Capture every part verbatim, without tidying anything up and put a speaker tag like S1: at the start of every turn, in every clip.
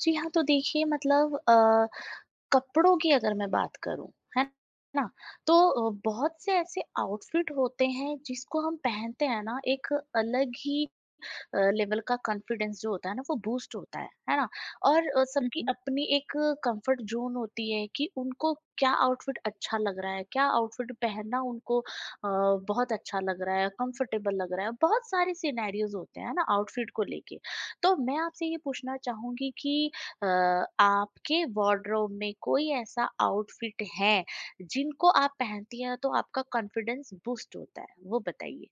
S1: जी हाँ, तो देखिए मतलब अ, कपड़ों की अगर मैं बात करूँ, है ना? तो अ, बहुत से ऐसे आउटफ़िट होते हैं जिसको हम पहनते हैं ना, एक अलग ही अ, लेवल का कॉन्फिडेंस जो होता है ना वो बूस्ट होता है, है ना? और अ,
S2: हुँ,
S1: सबकी
S2: हुँ।
S1: अपनी एक कंफर्ट ज़ोन होती है कि उनको क्या आउटफिट अच्छा लग रहा है, क्या आउटफिट पहनना उनको अ, बहुत अच्छा लग रहा है, कंफर्टेबल लग रहा है। बहुत सारे सिनेरियोज़ होते हैं ना आउटफिट को लेके। तो मैं आपसे ये पूछना चाहूँगी कि अ, आपके वार्डरोब में कोई ऐसा आउटफिट है जिनको आप पहनती हैं तो आपका कॉन्फिडेंस बूस्ट होता है? वो बताइए।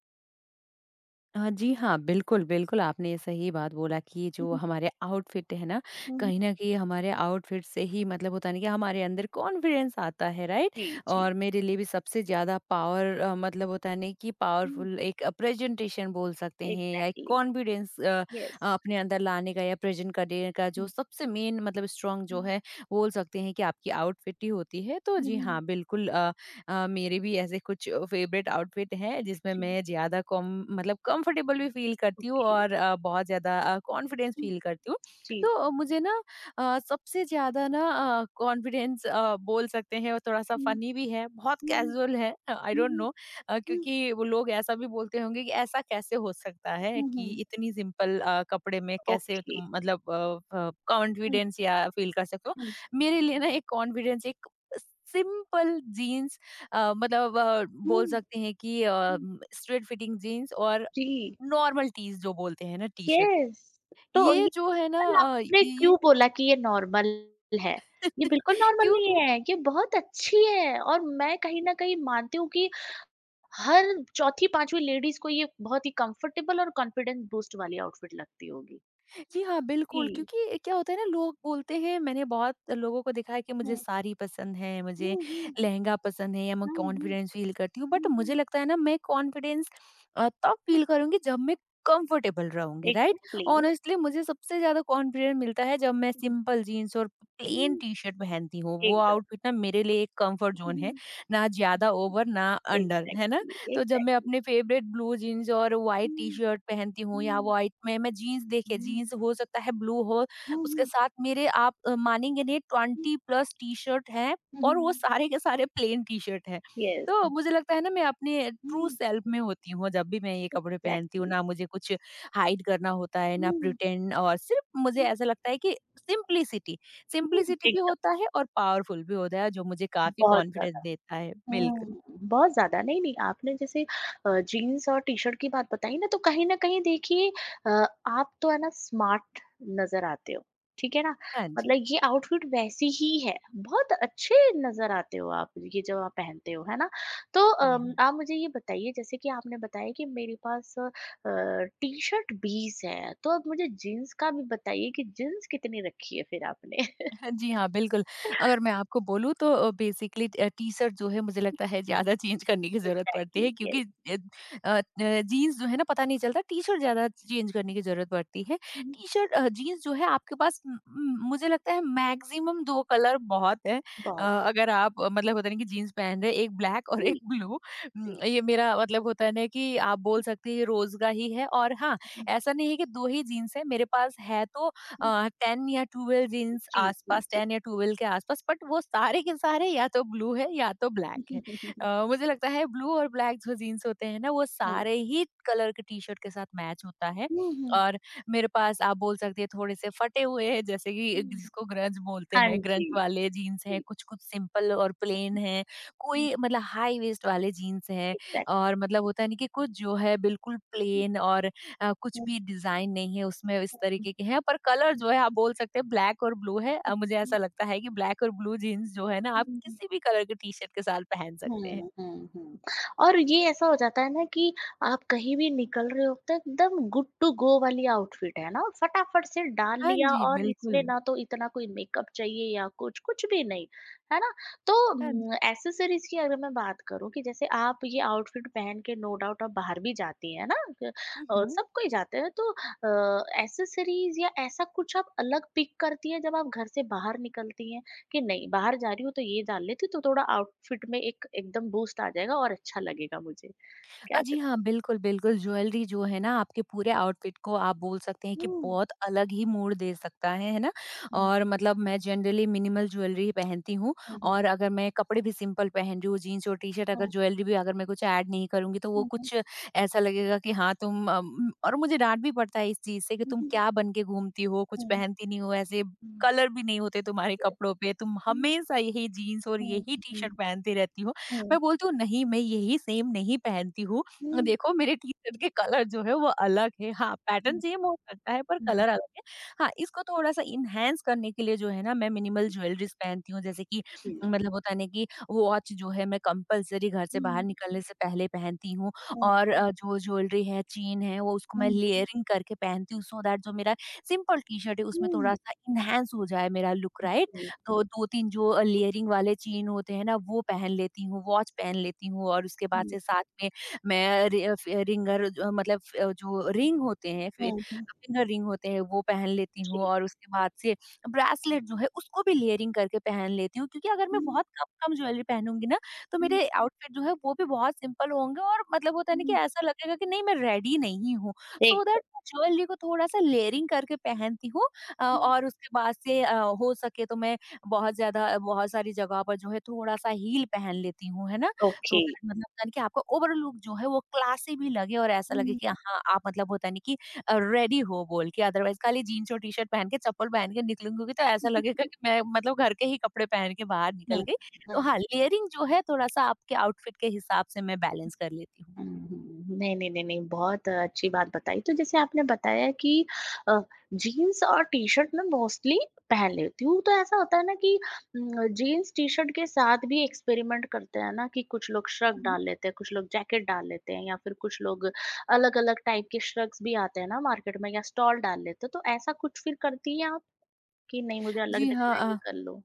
S2: अ, जी हाँ, बिल्कुल, बिल्कुल आपने सही बात बोला कि
S1: हुँ,
S2: जो
S1: हुँ,
S2: हमारे आउटफिट है ना,
S1: हुँ, हुँ।
S2: कहीं न कहीं हमारे आउटफिट से ही मतलब होता है ना कि हमारे अंदर कॉन्फिडेंस आता है, राइट?
S1: जी, जी।
S2: और मेरे लिए भी सबसे ज़्यादा पावर अ, मतलब होता है ना कि पावरफुल एक प्रेजेंटेशन बोल सकते हैं या एक
S1: एग्ज़ैक्टली,
S2: कॉन्फिडेंस अ,
S1: यस।
S2: अपने अंदर लाने का या प्रेज़ेंट करने का जो
S1: हुँ,
S2: सबसे मेन मतलब स्ट्रॉन्ग जो
S1: हुँ,
S2: है, बोल सकते हैं कि आपकी आउटफिट ही होती है। तो
S1: हुँ,
S2: जी
S1: हुँ,
S2: हाँ, बिल्कुल अ, अ, मेरे भी ऐसे कुछ फेवरेट आउटफिट हैं जिसमें
S1: जी,
S2: मैं ज़्यादा कम मतलब कंफर्टेबल भी फील करती हूँ
S1: ओके।
S2: और अ, बहुत ज़्यादा कॉन्फिडेंस
S1: हुँ,
S2: फील करती हूँ।
S1: जी।
S2: तो अ, मुझे ना अ, सबसे ज़्यादा ना अ, कॉन्फिडेंस अ, बोल सकते हैं, और थोड़ा-सा
S1: हुँ,
S2: फ़नी भी है, बहुत
S1: हुँ,
S2: कैज़ुअल है, आई डोंट
S1: हुँ,
S2: नो। अ,
S1: हुँ,
S2: क्योंकि वो लोग ऐसा भी बोलते होंगे कि ऐसा कैसे हो सकता है
S1: हुँ,
S2: कि
S1: हुँ,
S2: इतनी सिंपल अ, कपड़े में कैसे
S1: ओके।
S2: तुम मतलब अ अ,
S1: हुँ,
S2: कॉन्फिडेंस या फील कर सकते हो।
S1: हुँ,
S2: मेरे लिए ना एक कॉन्फिडेंस, एक सिंपल जीन्स, अ, मतलब अ,
S1: हुँ,
S2: बोल सकते हैं कि अ,
S1: हुँ,
S2: स्ट्रेट फिटिंग जीन्स, और
S1: जी,
S2: नॉर्मल टीज जो बोलते हैं ना, टी शर्ट,
S1: यस। तो
S2: ये
S1: ये
S2: जो है ना
S1: कल
S2: अ,
S1: आपने क्यों
S2: ये।
S1: बोला कि ये नॉर्मल है? ये बिल्कुल नॉर्मल
S2: क्यों?
S1: नहीं है, ये बहुत अच्छी है और मैं कहीं न कहीं मानती हूँ कि हर चौथी, पाँचवीं लेडीज़ को ये बहुत ही कंफर्टेबल और कॉन्फिडेंस बूस्ट वाली आउटफिट लगती होगी।
S2: जी हाँ, बिल्कुल,
S1: जी।
S2: क्योंकि क्या होता है ना, लोग बोलते हैं, मैंने बहुत लोगों को देखा है कि मुझे
S1: हुँ,
S2: साड़ी पसंद है,
S1: हुँ,
S2: मुझे
S1: हुँ, हुँ,
S2: लहंगा पसंद है, या मैं
S1: हुँ, हुँ।
S2: कॉन्फिडेंस फ़ील करती हूँ, बट
S1: हुँ,
S2: मुझे
S1: हुँ।
S2: लगता है ना, मैं कॉन्फिडेंस अ, तब फ़ील करूँगी जब मैं कंफर्टेबल रहूँगी, राइट?
S1: एग्ज़ैक्टली।
S2: ऑनेस्टली मुझे सबसे ज़्यादा कॉन्फिडेंस मिलता है जब मैं सिंपल जीन्स और प्लेन
S1: हुँ।
S2: टी-शर्ट पहनती हूँ। वो
S1: एकदम।
S2: आउटफिट ना मेरे लिए एक कंफर्ट ज़ोन
S1: हुँ।
S2: है, ना ज़्यादा ओवर ना अंडर, है ना?
S1: एग्ज़ैक्टली,
S2: तो जब मैं
S1: एग्ज़ैक्ट
S2: अपने फेवरेट ब्लू जीन्स और व्हाइट
S1: हुँ,
S2: टी-शर्ट पहनती हूँ, या
S1: हुँ,
S2: व्हाइट में, मैं जीन्स देखिए,
S1: हुँ,
S2: जीन्स हो सकता है ब्लू हो,
S1: हुँ,
S2: उसके
S1: हुँ।
S2: साथ मेरे आप अ, मानेंगे नहीं, ट्वेंटी प्लस टी-शर्ट हैं, और वो सारे के सारे प्लेन टी-शर्ट हैं।
S1: यस।
S2: तो मुझे लगता है ना, मैं अपने ट्रू
S1: हुँ।
S2: सेल्फ में होती हूँ जब भी मैं ये कपड़े पहनती हूँ,
S1: एग्ज़ैक्टली।
S2: ना मुझे कुछ हाइड करना होता है, ना
S1: हुँ,
S2: प्रिटेंड, और सिर्फ़ मुझे
S1: हुँ,
S2: ऐसा लगता है कि सिम्प्लिसिटी,
S1: हुँ।
S2: सिम्प्लिसिटी भी
S1: एकदम,
S2: होता है और पावरफुल भी होता है, जो मुझे काफ़ी
S1: बहुत
S2: कॉन्फिडेंस
S1: ज़्यादा।
S2: देता है। बिल्कुल।
S1: हुँ, बहुत ज़्यादा। नहीं-नहीं, आपने जैसे अ, जीन्स और टी-शर्ट की बात बताई ना, तो कहीं न कहीं देखिए अ, आप तो है ना स्मार्ट नज़र आते हो, ठीक है ना?
S2: हाँ
S1: मतलब ये आउटफिट वैसी ही है, बहुत अच्छे नज़र आते हो आप, ये जो आप पहनते हो, है ना? तो
S2: जी।
S1: अम, आप मुझे ये बताइए जैसे कि आपने बताया कि मेरे पास अ, टी-शर्ट बीस है, तो अब मुझे जीन्स का भी बताइए कि जीन्स कितनी रखी है फिर आपने?
S2: हाँ जी, हाँ, बिल्कुल। अगर मैं आपको बोलूँ तो अ, बेसिकली अ, टी-शर्ट जो है मुझे लगता है ज़्यादा चेंज करने की ज़रूरत पड़ती है,
S1: एग्ज़ैक्टली,
S2: क्योंकि
S1: यस।
S2: अ अ, जीन्स जो है ना, पता नहीं चलता, टी-शर्ट ज़्यादा चेंज करने की ज़रूरत पड़ती है।
S1: हुँ,
S2: टी-शर्ट अ, जीन्स जो है आपके पास, उम उम, मुझे लगता है मैक्सिमम दो कलर बहुत हैं। अ,
S1: बहुत।
S2: अगर आप अ, मतलब होता है ना कि जीन्स पहन रहे हैं, एक ब्लैक और एक
S1: जी,
S2: ब्लू, उम, ये मेरा मतलब होता है ना कि आप बोल सकते हैं ये रोज़ का ही है, और हाँ,
S1: जी।
S2: ऐसा नहीं है कि दो ही जीन्स हैं, मेरे पास है तो टेन या ट्वेल्व जीन्स
S1: 剧剧
S2: आसपास,
S1: 剧，
S2: टेन या ट्वेल्व के आसपास, बट वो सारे के सारे या तो ब्लू है या तो ब्लैक है। अ, मुझे लगता है ब्लू और ब्लैक जो जीन्स होते हैं ना, वो
S1: 嗯
S2: सारे ही कलर के टी शर्ट के साथ मैच होता है,
S1: 嗯
S2: और मेरे पास, आप बोल सकते हैं, थोड़े से फटे हुए हैं, जैसे कि
S1: 嗯，
S2: जिसको ग्रंज बोलते
S1: 汉
S2: हैं, ग्रंज
S1: 剧
S2: वाले जीन्स हैं,
S1: 剧，
S2: कुछ कुछ सिंपल और प्लेन
S1: 嗯
S2: है,
S1: 嗯，
S2: कोई मतलब हाई वेस्ट वाले जीन्स हैं,
S1: 对对。
S2: और मतलब होता है नहीं कि कुछ जो है बिल्कुल प्लेन, और अ, कुछ भी डिज़ाइन नहीं है उसमें, इस तरीके के हैं, पर कलर जो है आप बोल सकते हैं ब्लैक और ब्लू है। अ, मुझे ऐसा लगता है कि ब्लैक और ब्लू जीन्स जो है ना, आप किसी भी कलर के टी-शर्ट के साथ पहन सकते हैं।
S1: हुँ, हुँ, हुँ। और ये ऐसा हो जाता है ना कि आप कहीं भी निकल रहे होते हो तो एकदम गुड टू गो वाली आउटफिट है ना, फटाफट से डाल
S2: हाँ
S1: लिया
S2: जी,
S1: और
S2: बिल्कुल।
S1: इसमें ना तो इतना कोई मेकअप चाहिए या कुछ, कुछ भी नहीं, है ना? तो
S2: हाँ
S1: उम,
S2: जी।
S1: एक्सेसरीज़ की अगर मैं बात करूँ कि जैसे आप ये आउटफिट पहन के नो डाउट आप बाहर भी जाती हैं ना क
S2: हुँ,
S1: अ,
S2: हुँ।
S1: सब कोई जाते हैं तो अ, एक्सेसरीज़ या ऐसा कुछ आप अलग पिक करती हैं जब आप घर से बाहर निकलती हैं? कि नहीं बाहर जा रही हूँ तो ये डाल लेती हूँ, तो थोड़ा आउटफिट में एक एकदम बूस्ट आ जाएगा और अच्छा लगेगा मुझे।
S2: अ,
S1: क्या
S2: जी
S1: कर
S2: हाँ, बिल्कुल, बिल्कुल ज्वेलरी जो है ना आपके पूरे आउटफिट को, आप बोल सकते हैं कि
S1: हुँ,
S2: बहुत अलग ही मोड़ दे सकता है, है ना?
S1: हुँ,
S2: और मतलब मैं जनरली मिनिमल ज्वेलरी ही पहनती हूँ,
S1: हुँ, हुँ,
S2: और अगर मैं कपड़े भी सिंपल पहन रही हूँ, जीन्स और टी-शर्ट, अगर
S1: हुँ,
S2: ज्वेलरी भी अगर मैं कुछ ऐड नहीं करूँगी, तो वो
S1: हुँ, हुँ,
S2: कुछ ऐसा लगेगा कि हाँ, तुम अम और मुझे डाँट भी पड़ता है इस चीज़ से कि तुम
S1: हुँ,
S2: क्या बन के घूमती हो? कुछ
S1: हुँ,
S2: पहनती नहीं हो, ऐसे
S1: हुँ।
S2: कलर भी नहीं होते तुम्हारे
S1: यस।
S2: कपड़ों पे, तुम
S1: हुँ,
S2: हमेशा यही जीन्स और
S1: हुँ,
S2: यही टी-शर्ट
S1: हुँ,
S2: पहनती रहती हो। मैं
S1: हुँ,
S2: बोलती हूँ, नहीं, मैं यही सेम नहीं पहनती हूँ। अ,
S1: हुँ,
S2: देखो मेरे टी-शर्ट के कलर जो है वो अलग है। हाँ, पैटर्न
S1: हुँ,
S2: सेम हो सकता है पर
S1: हुँ,
S2: कलर अलग है। हाँ, इसको थोड़ा-सा एनहांस करने के लिए जो है ना, मैं मिनिमल ज्वेलरीज़ पहनती हूँ, जैसे कि
S1: जी।
S2: मतलब होता है ना कि वॉच जो है मैं कंपल्सरी घर से बाहर
S1: हुँ,
S2: निकलने से पहले पहनती हूँ,
S1: हुँ,
S2: और अ, जो ज्वेलरी है, चेन है, वो, उसको मैं
S1: हुँ,
S2: लेयरिंग करके पहनती हूँ, सो दैट जो मेरा सिंपल टी-शर्ट है, उसमें
S1: हुँ,
S2: थोड़ा-सा एनहांस हो जाए मेरा लुक, राइट।
S1: हुँ, हुँ,
S2: तो दो तीन जो लेयरिंग वाले चेन होते हैं ना, वो पहन लेती हूँ, वॉच पहन लेती हूँ, और उसके बाद से साथ में मैं रि फ रिंगर अ, मतलब फ जो रिंग होते हैं, फि
S1: हुँ, हुँ।
S2: फिंगर रिंग होते हैं, वो पहन लेती हूँ,
S1: जी।
S2: और उसके बाद से ब्रेसलेट जो है उसको भी लेयरिंग करके पहन लेती हूँ, क्योंकि अगर मैं
S1: हुँ,
S2: बहुत कम-कम ज्वेलरी पहनूँगी ना, तो
S1: हुँ,
S2: मेरे आउटफिट जो है वो भी बहुत सिंपल होंगे, और मतलब होता है ना कि
S1: हुँ,
S2: ऐसा लगेगा कि नहीं, मैं रेडी नहीं हूँ। सो
S1: एकदम।
S2: दैट ज्वेलरी को थोड़ा-सा लेयरिंग करके पहनती हूँ, अ,
S1: हुँ।
S2: और उसके बाद से अ, हो सके तो मैं बहुत ज़्यादा, बहुत सारी जगह पर जो है थोड़ा-सा हील पहन लेती हूँ, है ना? So
S1: okay.
S2: दैट मतलब होता है ना कि आपका ओवरऑल लुक जो है वो क्लासी भी लगे, और ऐसा लगे
S1: हुँ।
S2: कि हाँ आप मतलब होता नहीं कि रेडी हो बोल के। अदरवाइज खाली जीन्स और टी शर्ट पहन के, चप्पल पहन के निकलूंगी, तो ऐसा लगेगा
S1: हुँ।
S2: कि मैं मतलब घर के ही कपड़े पहन के बाहर निकल गई। तो हाँ, लेयरिंग जो है थोड़ा सा आपके आउटफिट के हिसाब से मैं बैलेंस कर लेती हूँ।
S1: हुँ, हुँ। नहीं, नहीं, नहीं, नहीं, बहुत अच्छी बात बताई। तो जैसे आपने बताया कि अ, जीन्स और टी-शर्ट मैं मोस्टली पहन लेती हूँ, तो ऐसा होता है ना कि उम, जीन्स टी-शर्ट के साथ भी एक्सपेरिमेंट करते हैं ना कि कुछ लोग श्रग
S2: मम्,
S1: डाल लेते हैं, कुछ लोग जैकेट डाल लेते हैं या फिर कुछ लोग अलग-अलग टाइप के श्रग्स भी आते हैं ना मार्केट में या स्टॉल डाल लेते हैं, तो ऐसा कुछ फिर करती हैं आप कि नहीं मुझे अलग
S2: जी
S1: दिखना है, ये
S2: हाँ।
S1: कर लो?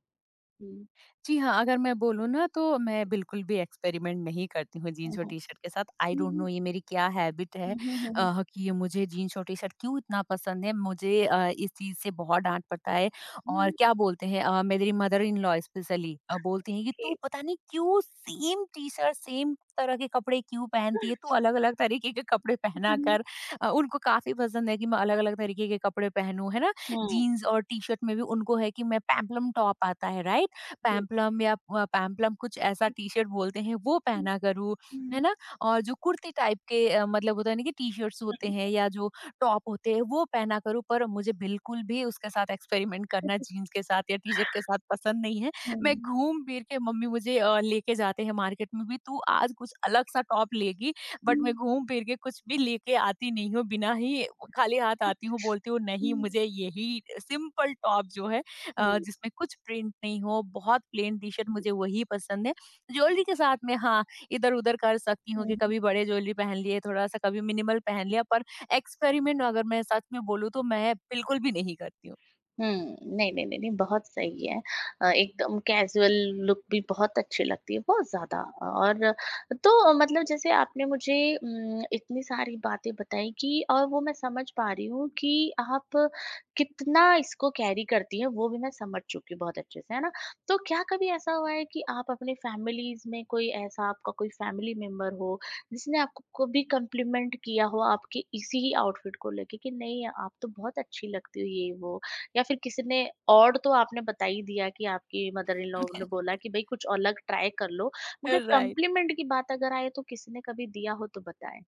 S1: हुँ।
S2: जी हाँ, अगर मैं बोलूँ ना, तो मैं बिल्कुल भी एक्सपेरिमेंट नहीं करती हूँ
S1: हुँ,
S2: जीन्स और
S1: हुँ।
S2: टी-शर्ट के साथ। आई
S1: हुँ,
S2: डोंट
S1: हुँ।
S2: नो, ये मेरी क्या हैबिट है अ,
S1: हुँ, हुँ, हुँ, हुँ।
S2: कि ये मुझे जीन्स और टी-शर्ट क्यों इतना पसंद है। मुझे अ, इस चीज़ से बहुत डाँट पड़ता है, और
S1: हुँ,
S2: क्या बोलते हैं अ, मेरी मदर इन लॉ स्पेशली अ, बोलती हैं कि तू
S1: ठीक।
S2: पता नहीं क्यों सेम टी-शर्ट, सेम तरह के कपड़े क्यों पहनती है, तू अलग-अलग तरीके के कपड़े पहना
S1: हुँ, हुँ।
S2: कर। अ, उनको काफ़ी पसंद है कि मैं अलग-अलग तरीके के कपड़े पहनूँ, है ना?
S1: हाँ,
S2: जीन्स और टी-शर्ट में भी उनको है कि मैं पेंपलम टॉप आता है, राइट?
S1: जी।
S2: पैम्पलम, या अ, पैम्पलम कुछ ऐसा टी-शर्ट बोलते हैं, वो पहना करूँ, है
S1: Ừm,
S2: ना? और जो कुर्ती टाइप के अ, मतलब होता है ना कि टी-शर्ट्स होते हैं या जो टॉप होते हैं, वो पहना करूँ, पर मुझे बिल्कुल भी उसके साथ एक्सपेरिमेंट करना, जीन्स के साथ या टी-शर्ट के साथ, पसंद नहीं है। मैं
S1: ừm,
S2: घूम-फिर के, मम्मी मुझे अ, लेके जाते हैं मार्केट में भी, "तू आज कुछ अलग-सा टॉप लेगी", बट मैं
S1: ừm,
S2: घूम-फिर के कुछ भी लेके आती नहीं हूँ, बिना ही, खाली हाथ
S1: ừm,
S2: आती हूँ, बोलती हूँ, "नहीं,
S1: ừm,
S2: मुझे यही सिंपल टॉप जो है, अ, जिसमें कुछ प्रिंट नहीं हो, बहुत प्लेन टी-शर्ट, मुझे वही पसंद है"। ज्वेलरी के साथ में, हाँ, इधर-उधर कर सकती हूँ
S1: ừm,
S2: कि
S1: ừm.
S2: कभी बड़े ज्वेलरी पहन लिए, थोड़ा-सा कभी मिनिमल पहन लिया, पर एक्सपेरिमेंट अगर मैं सच में बोलूँ, तो मैं बिल्कुल भी नहीं करती हूँ।
S1: हुँ, नहीं, नहीं, नहीं, नहीं, बहुत सही है। अ, एकदम कैज़ुअल लुक भी बहुत अच्छी लगती है, बहुत ज़्यादा और तो मतलब जैसे आपने मुझे उम, इतनी सारी बातें बताई कि और वो मैं समझ पा रही हूँ कि आप कितना इसको कैरी करती हैं, वो भी मैं समझ चुकी हूँ बहुत अच्छे से, है ना? तो क्या कभी ऐसा हुआ है कि आप अपने फैमिलीज़ में कोई ऐसा आपका कोई फैमिली मेंबर हो, जिसने आपको को भी कॉम्प्लीमेंट किया हो आपके इसी ही आउटफिट को लेके कि नहीं, आप तो बहुत अच्छी लगती हो ये, वो या फिर किसी ने और तो आपने बता ही दिया कि आपकी मदर इन लॉ ने बोला कि भई कुछ अलग ट्राय कर लो, मगर
S2: राइट।
S1: कॉम्प्लीमेंट की बात अगर आए तो किसी ने कभी दिया हो तो बताएँ?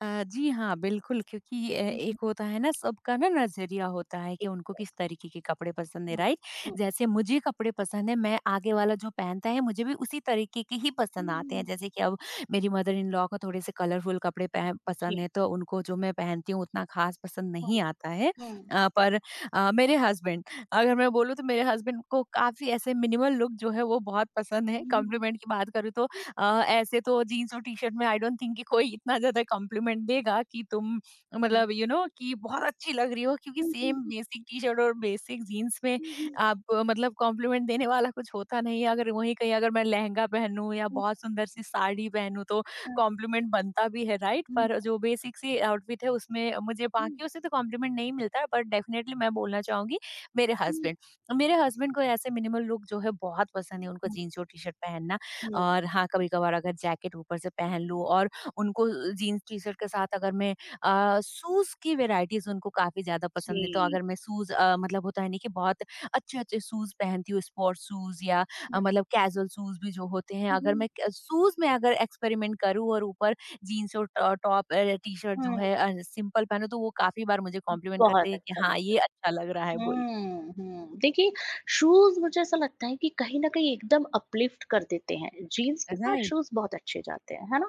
S2: अ, जी हाँ, बिल्कुल, क्योंकि अ,
S1: हुँ,
S2: एक
S1: हुँ।
S2: होता है ना सबका ना नज़रिया होता है कि
S1: एक
S2: उनको किस तरीके के कपड़े पसंद है,
S1: हुँ,
S2: राइट?
S1: हुँ।
S2: जैसे मुझे कपड़े पसंद है, मैं आगे वाला जो पहनता है मुझे भी उसी तरीके के ही
S1: हुँ,
S2: पसंद आते हैं।
S1: हुँ।
S2: जैसे कि अब मेरी मदर इन लॉ को थोड़े से कलरफुल कपड़े पह
S1: जी।
S2: पसंद हैं, तो उनको जो मैं पहनती हूँ उतना ख़ास पसंद
S1: हुँ,
S2: नहीं आता है।
S1: हुँ।
S2: अ, पर अ, मेरे हस्बैंड, अगर मैं बोलूँ, तो मेरे हस्बैंड को काफ़ी ऐसे मिनिमल लुक जो है वो बहुत पसंद है।
S1: हुँ।
S2: कॉम्प्लीमेंट की बात करूँ तो अ, ऐसे तो जीन्स और टी-शर्ट में आई डोंट थिंक कि कोई इतना ज़्यादा कॉम्प्लीमेंट देगा कि तुम मतलब यू you नो know, कि बहुत अच्छी लग रही हो, क्योंकि
S1: हुँ, हुँ।
S2: सेम बेसिक टी-शर्ट और बेसिक जीन्स में आप अ, मतलब कॉम्प्लीमेंट देने वाला कुछ होता नहीं है। अगर वहीं कहीं, अगर मैं लहंगा पहनूँ या बहुत सुंदर सी साड़ी पहनूँ, तो कॉम्प्लीमेंट बनता भी है, राइट? पर जो बेसिक सी आउटफिट है उसमें मुझे बाकियों से तो कॉम्प्लीमेंट नहीं मिलता है बट डेफिनेटली मैं बोलना चाहूँगी मेरे हस्बैंड। मेरे हस्बैंड को ऐसे मिनिमल लुक जो है बहुत पसंद है। उनको जीन्स और टी-शर्ट पहनना और हाँ, कभी-कभार अगर जैकेट ऊपर से पहन लूँ और उनको जीन्स टी-शर्ट के साथ अगर मैं अ, शूज़ की वेराइटीज़ उनको काफ़ी ज़्यादा पसंद है, तो
S1: जी।
S2: अगर मैं शूज़ अ, मतलब होता है ना कि बहुत अच्छे-अच्छे शूज़ पहनती हूँ, स्पोर्ट्स शूज़ या अ, मतलब कैजुअल शूज़ भी जो होते हैं, अगर
S1: हुँ।
S2: मैं क शूज़ में अगर एक्सपेरिमेंट करूँ और ऊपर जीन्स और टॉ टॉप अ, टी-शर्ट जो है अ, सिंपल पहनूँ, तो वो काफ़ी बार मुझे कॉम्प्लीमेंट करते
S1: बहुत
S2: हैं कि
S1: अच्छा
S2: हाँ,
S1: लगा।
S2: ये अच्छा लग रहा है बोल के।
S1: हुँ, हुँ। देखिए, शूज़ मुझे ऐसा लगता है कि कहीं न कहीं एकदम अपलिफ्ट कर देते हैं। जीन्स के साथ
S2: राइट।
S1: शूज़ बहुत अच्छे जाते हैं, है ना?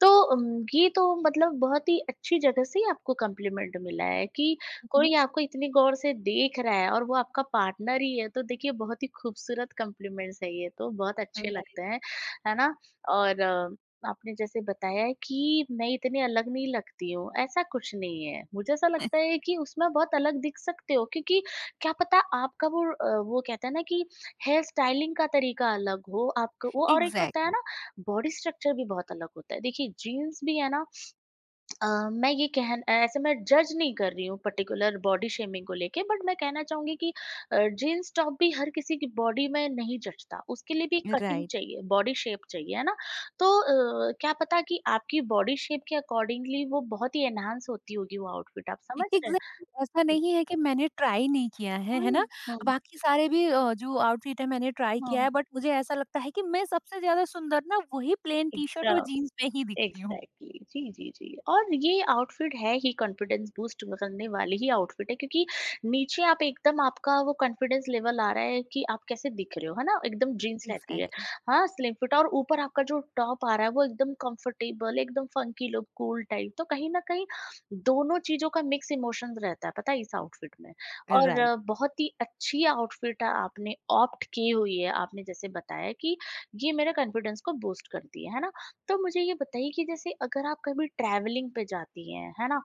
S1: तो उम, ये तो मतलब बहुत ही अच्छी जगह से ही आपको कॉम्प्लीमेंट मिला है कि
S2: हुँ,
S1: कोई आपको इतनी गौर से देख रहा है और वो आपका पार्टनर ही है, तो देखिए बहुत ही खूबसूरत कॉम्प्लीमेंट्स है ये तो, बहुत
S2: हुँ।
S1: अच्छे
S2: राइट।
S1: लगते हैं, है ना? और अ, आपने जैसे बताया है कि मैं इतनी अलग नहीं लगती हूँ, ऐसा कुछ नहीं है। मुझे ऐसा लगता है कि उसमें बहुत अलग दिख सकते हो क्योंकि क्या पता आपका वो अ, वो कहते हैं ना कि हेयर स्टाइलिंग का तरीका अलग हो आपका वो और एक होता है
S2: एग्ज़ैक्टली,
S1: ना बॉडी स्ट्रक्चर भी बहुत अलग होता है देखिए जीन्स भी है ना अ, मैं ये कह ऐसे मैं जज नहीं कर रही हूँ पर्टिकुलर बॉडी शेमिंग को लेके बट मैं कहना चाहूंगी कि जीन्स टॉप भी हर किसी की बॉडी में नहीं जचता उसके लिए भी कटिंग
S2: राइट।
S1: चाहिए बॉडी शेप चाहिए है ना तो अ, क्या पता कि आपकी बॉडी शेप के अकॉर्डिंगली वो बहुत ही एनहांस होती होगी वो आउटफिट आप समझ रहे हैं
S2: एग्ज़ैक्टली ऐसा नहीं है कि मैंने ट्राई नहीं किया है, है
S1: हम्म,
S2: ना?
S1: हम्म,
S2: बाकी सारे भी अ, जो आउटफिट है मैंने ट्राई किया
S1: हम्म,
S2: है बट मुझे ऐसा लगता है कि मैं सबसे ज़्यादा सुंदर ना वही प्लेन टी-शर्ट और
S1: एकदम
S2: जीन्स में ही दिखती हूँ।
S1: Exactly exactly. जी, जी, जी। और ये आउटफिट है ही कॉन्फिडेंस बूस्ट करने वाली ही आउटफिट है क्योंकि नीचे आप एकदम आपका वो कॉन्फिडेंस लेवल आ रहा है कि आप कैसे दिख रहे हो है ना एकदम जीन्स रहती है
S2: एग्ज़ैक्टली,
S1: हाँ स्लिम फिट और ऊपर आपका जो टॉप आ रहा है वो एकदम कंफर्टेबल एकदम फंकी लुक कूल टाइप तो कहीं ना कहीं दोनों चीजों का मिक्स इमोशन रहता है पता है इस आउटफिट में और
S2: राइट।
S1: अ, बहुत ही अच्छी आउटफिट आपने ऑप्ट की हुई है आपने जैसे बताया कि ये मेरे कॉन्फिडेंस को बूस्ट करती है है ना तो मुझे ये बताइए कि जैसे अगर आप कभी ट्रैवलिंग पे जाती हैं, है ना?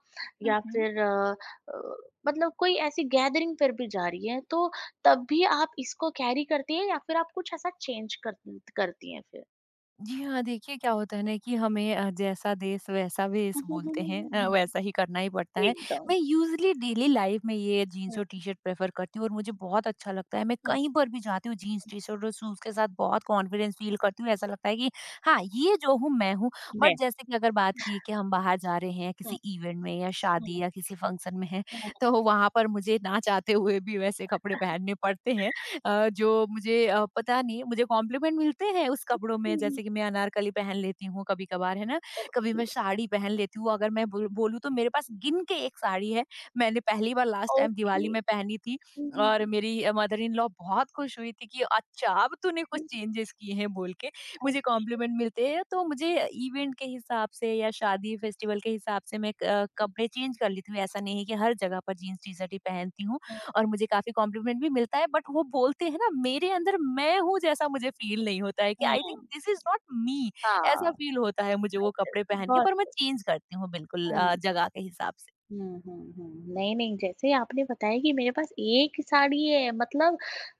S2: हुँ,
S1: या
S2: हुँ।
S1: फिर अ अ, मतलब कोई ऐसी गैदरिंग पर भी जा रही हैं, तो तब भी आप इसको कैरी करती हैं या फिर आप कुछ ऐसा चेंज कर करती हैं फिर?
S2: जी हाँ, देखिए क्या होता है ना कि हमें अ, जैसा देश वैसा भेष
S1: हम्म, हम्म,
S2: बोलते
S1: हम्म,
S2: हैं, अ,
S1: हम्म,
S2: वैसा
S1: हम्म।
S2: ही करना ही पड़ता है।
S1: एकदम।
S2: मैं यूज़ुअली डेली लाइफ़ में ये जीन्स
S1: हुँ,
S2: और टी-शर्ट प्रेफ़र करती हूँ और मुझे बहुत अच्छा लगता है। मैं
S1: हुँ,
S2: कहीं पर भी जाती हूँ जीन्स, टी-शर्ट और शूज़ के साथ बहुत कॉन्फिडेंस फ़ील करती हूँ। ऐसा लगता है कि हाँ, ये जो हूँ मैं हूँ। बट
S1: नहीं,
S2: जैसे कि अगर बात की कि हम बाहर जा रहे हैं
S1: हुँ,
S2: किसी इवेंट में या शादी
S1: हुँ,
S2: या किसी फंक्शन में हैं,
S1: हुँ,
S2: तो वहाँ पर मुझे ना चाहते हुए भी वैसे कपड़े पहनने पड़ते हैं। अ, जो मुझे अ, पता नहीं मुझे कॉम्प्लीमेंट मिलते हैं उस कपड़ों में,
S1: हुँ,
S2: जैसे कि मैं अनारकली पहन लेती हूँ कभी-कभार है ना, कभी
S1: ओके,
S2: मैं साड़ी पहन लेती हूँ। अगर मैं बोल बोलूँ तो मेरे पास गिन के एक साड़ी है, मैंने पहली बार लास्ट टाइम
S1: ओके।
S2: दिवाली में पहनी थी
S1: हुँ, हुँ,
S2: और
S1: हुँ,
S2: मेरी अ, मदर इन लॉ बहुत खुश हुई थी कि अच्छा अब तूने कुछ
S1: हुँ,
S2: चेंजेस किए हैं बोल के, मुझे
S1: अच्छा,
S2: कॉम्प्लीमेंट मिलते हैं। तो मुझे इवेंट के हिसाब से या शादी फेस्टिवल के हिसाब से मैं अ, कपड़े चेंज कर लेती हूँ, ऐसा नहीं है कि हर जगह पर जीन्स टी-शर्ट ही पहनती हूँ।
S1: हुँ,
S2: और मुझे काफ़ी कॉम्प्लीमेंट भी मिलता है बट वो बोलते हैं ना मेरे अंदर मैं हूँ जैसा मुझे फील नहीं होता है कि आई थिंक
S1: हुँ,
S2: दिस इज नॉट मी, ऐसा
S1: हाँ,
S2: फील होता है मुझे
S1: आई
S2: वो
S1: गेस
S2: कपड़े पहन के
S1: बहुत
S2: पर मैं चेंज करती हूँ बिल्कुल, अ,
S1: हुँ।
S2: जगह के हिसाब से।
S1: हुँ, हुँ, हुँ। नहीं, नहीं, जैसे आपने बताया कि मेरे पास एक ही साड़ी है मतलब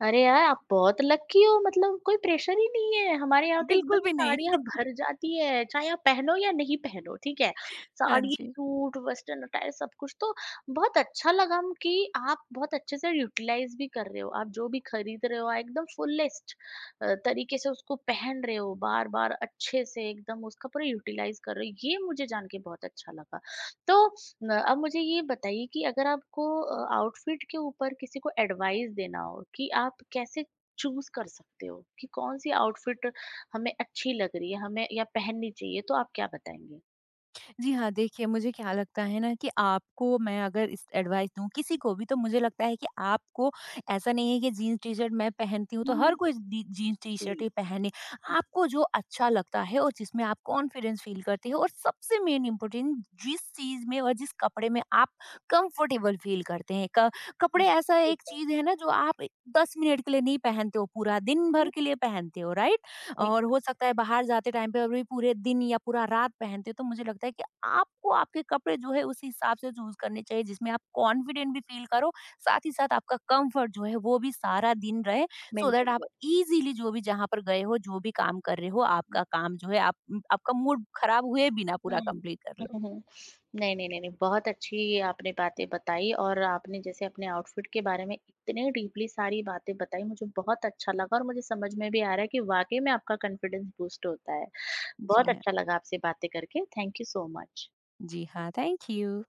S1: अरे यार! आप बहुत लकी हो मतलब कोई प्रेशर ही नहीं है। हमारे यहाँ तो
S2: बिल्कुल
S1: एकदम
S2: भी नहीं।
S1: साड़ियाँ भर जाती है, चाहे आप पहनो या नहीं पहनो, ठीक है?
S2: हाँ
S1: साड़ी,
S2: जी।
S1: सूट, वेस्टर्न अटायर सब कुछ तो बहुत अच्छा लगा म कि आप बहुत अच्छे से यूटिलाइज़ भी कर रहे हो। आप जो भी खरीद रहे हो आप एकदम फुलेस्ट अ, तरीके से उसको पहन रहे हो, बार-बार अच्छे से एकदम उसका पूरा यूटिलाइज़ कर रहे हो। ये मुझे जान के बहुत अच्छा लगा। तो न अब मुझे ये बताइए कि अगर आपको अ, आउटफिट के ऊपर किसी को एडवाइस देना हो कि आप कैसे चूज कर सकते हो कि कौन सी आउटफिट हमें अच्छी लग रही है हमें या पहननी चाहिए तो आप क्या बताएंगे
S2: जी हाँ, देखिए मुझे क्या लगता है ना कि आपको मैं अगर इस एडवाइस दूँ किसी को भी तो मुझे लगता है कि आपको, ऐसा नहीं है कि जीन्स टी-शर्ट मैं पहनती हूँ तो हर
S1: हम्म,
S2: कोई डी जीन्स टी-शर्ट
S1: ठीक
S2: ही पहने।
S1: है।
S2: आपको जो अच्छा लगता है और जिसमें आप कॉन्फिडेंस फ़ील करते हो और सबसे मेन इम्पोर्टेंट जिस चीज़ में और जिस कपड़े में आप कंफर्टेबल फ़ील करते हैं। क कपड़े
S1: हम्म,
S2: ऐसा
S1: ठीक
S2: एक
S1: है।
S2: चीज़ है ना जो आप दस मिनट के लिए नहीं पहनते हो, पूरा दिन भर
S1: हम्म,
S2: के लिए पहनते हो, राइट? और
S1: एक
S2: हो सकता है बाहर जाते टाइम पे अभी पूरे दिन या पूरा रात पहनते हो, तो मुझे लगता है कि आपको आपके कपड़े जो है उस हिसाब से चूज करने चाहिए जिसमें आप कॉन्फिडेंट भी फील करो, साथ ही साथ आपका कंफर्ट जो है वो भी सारा दिन रहे, सो दैट
S1: मेंटेन
S2: आप
S1: कर।
S2: इजीली जो भी जहाँ पर गए हो जो भी काम कर रहे हो आपका काम जो है आप आपका मूड खराब हुए बिना पूरा
S1: हम्म।
S2: कंप्लीट कर लो।
S1: नहीं, नहीं, नहीं, नहीं, बहुत अच्छी आपने बातें बताई और आपने जैसे अपने आउटफिट के बारे में इतने डीपली सारी बातें बताई, मुझे बहुत अच्छा लगा और मुझे समझ में भी आ रहा है कि वाक़ई में आपका कॉन्फिडेंस बूस्ट होता है।
S2: जी
S1: बहुत
S2: हाँ।
S1: अच्छा लगा आपसे बातें करके, थैंक यू सो मच।
S2: जी हाँ, थैंक यू।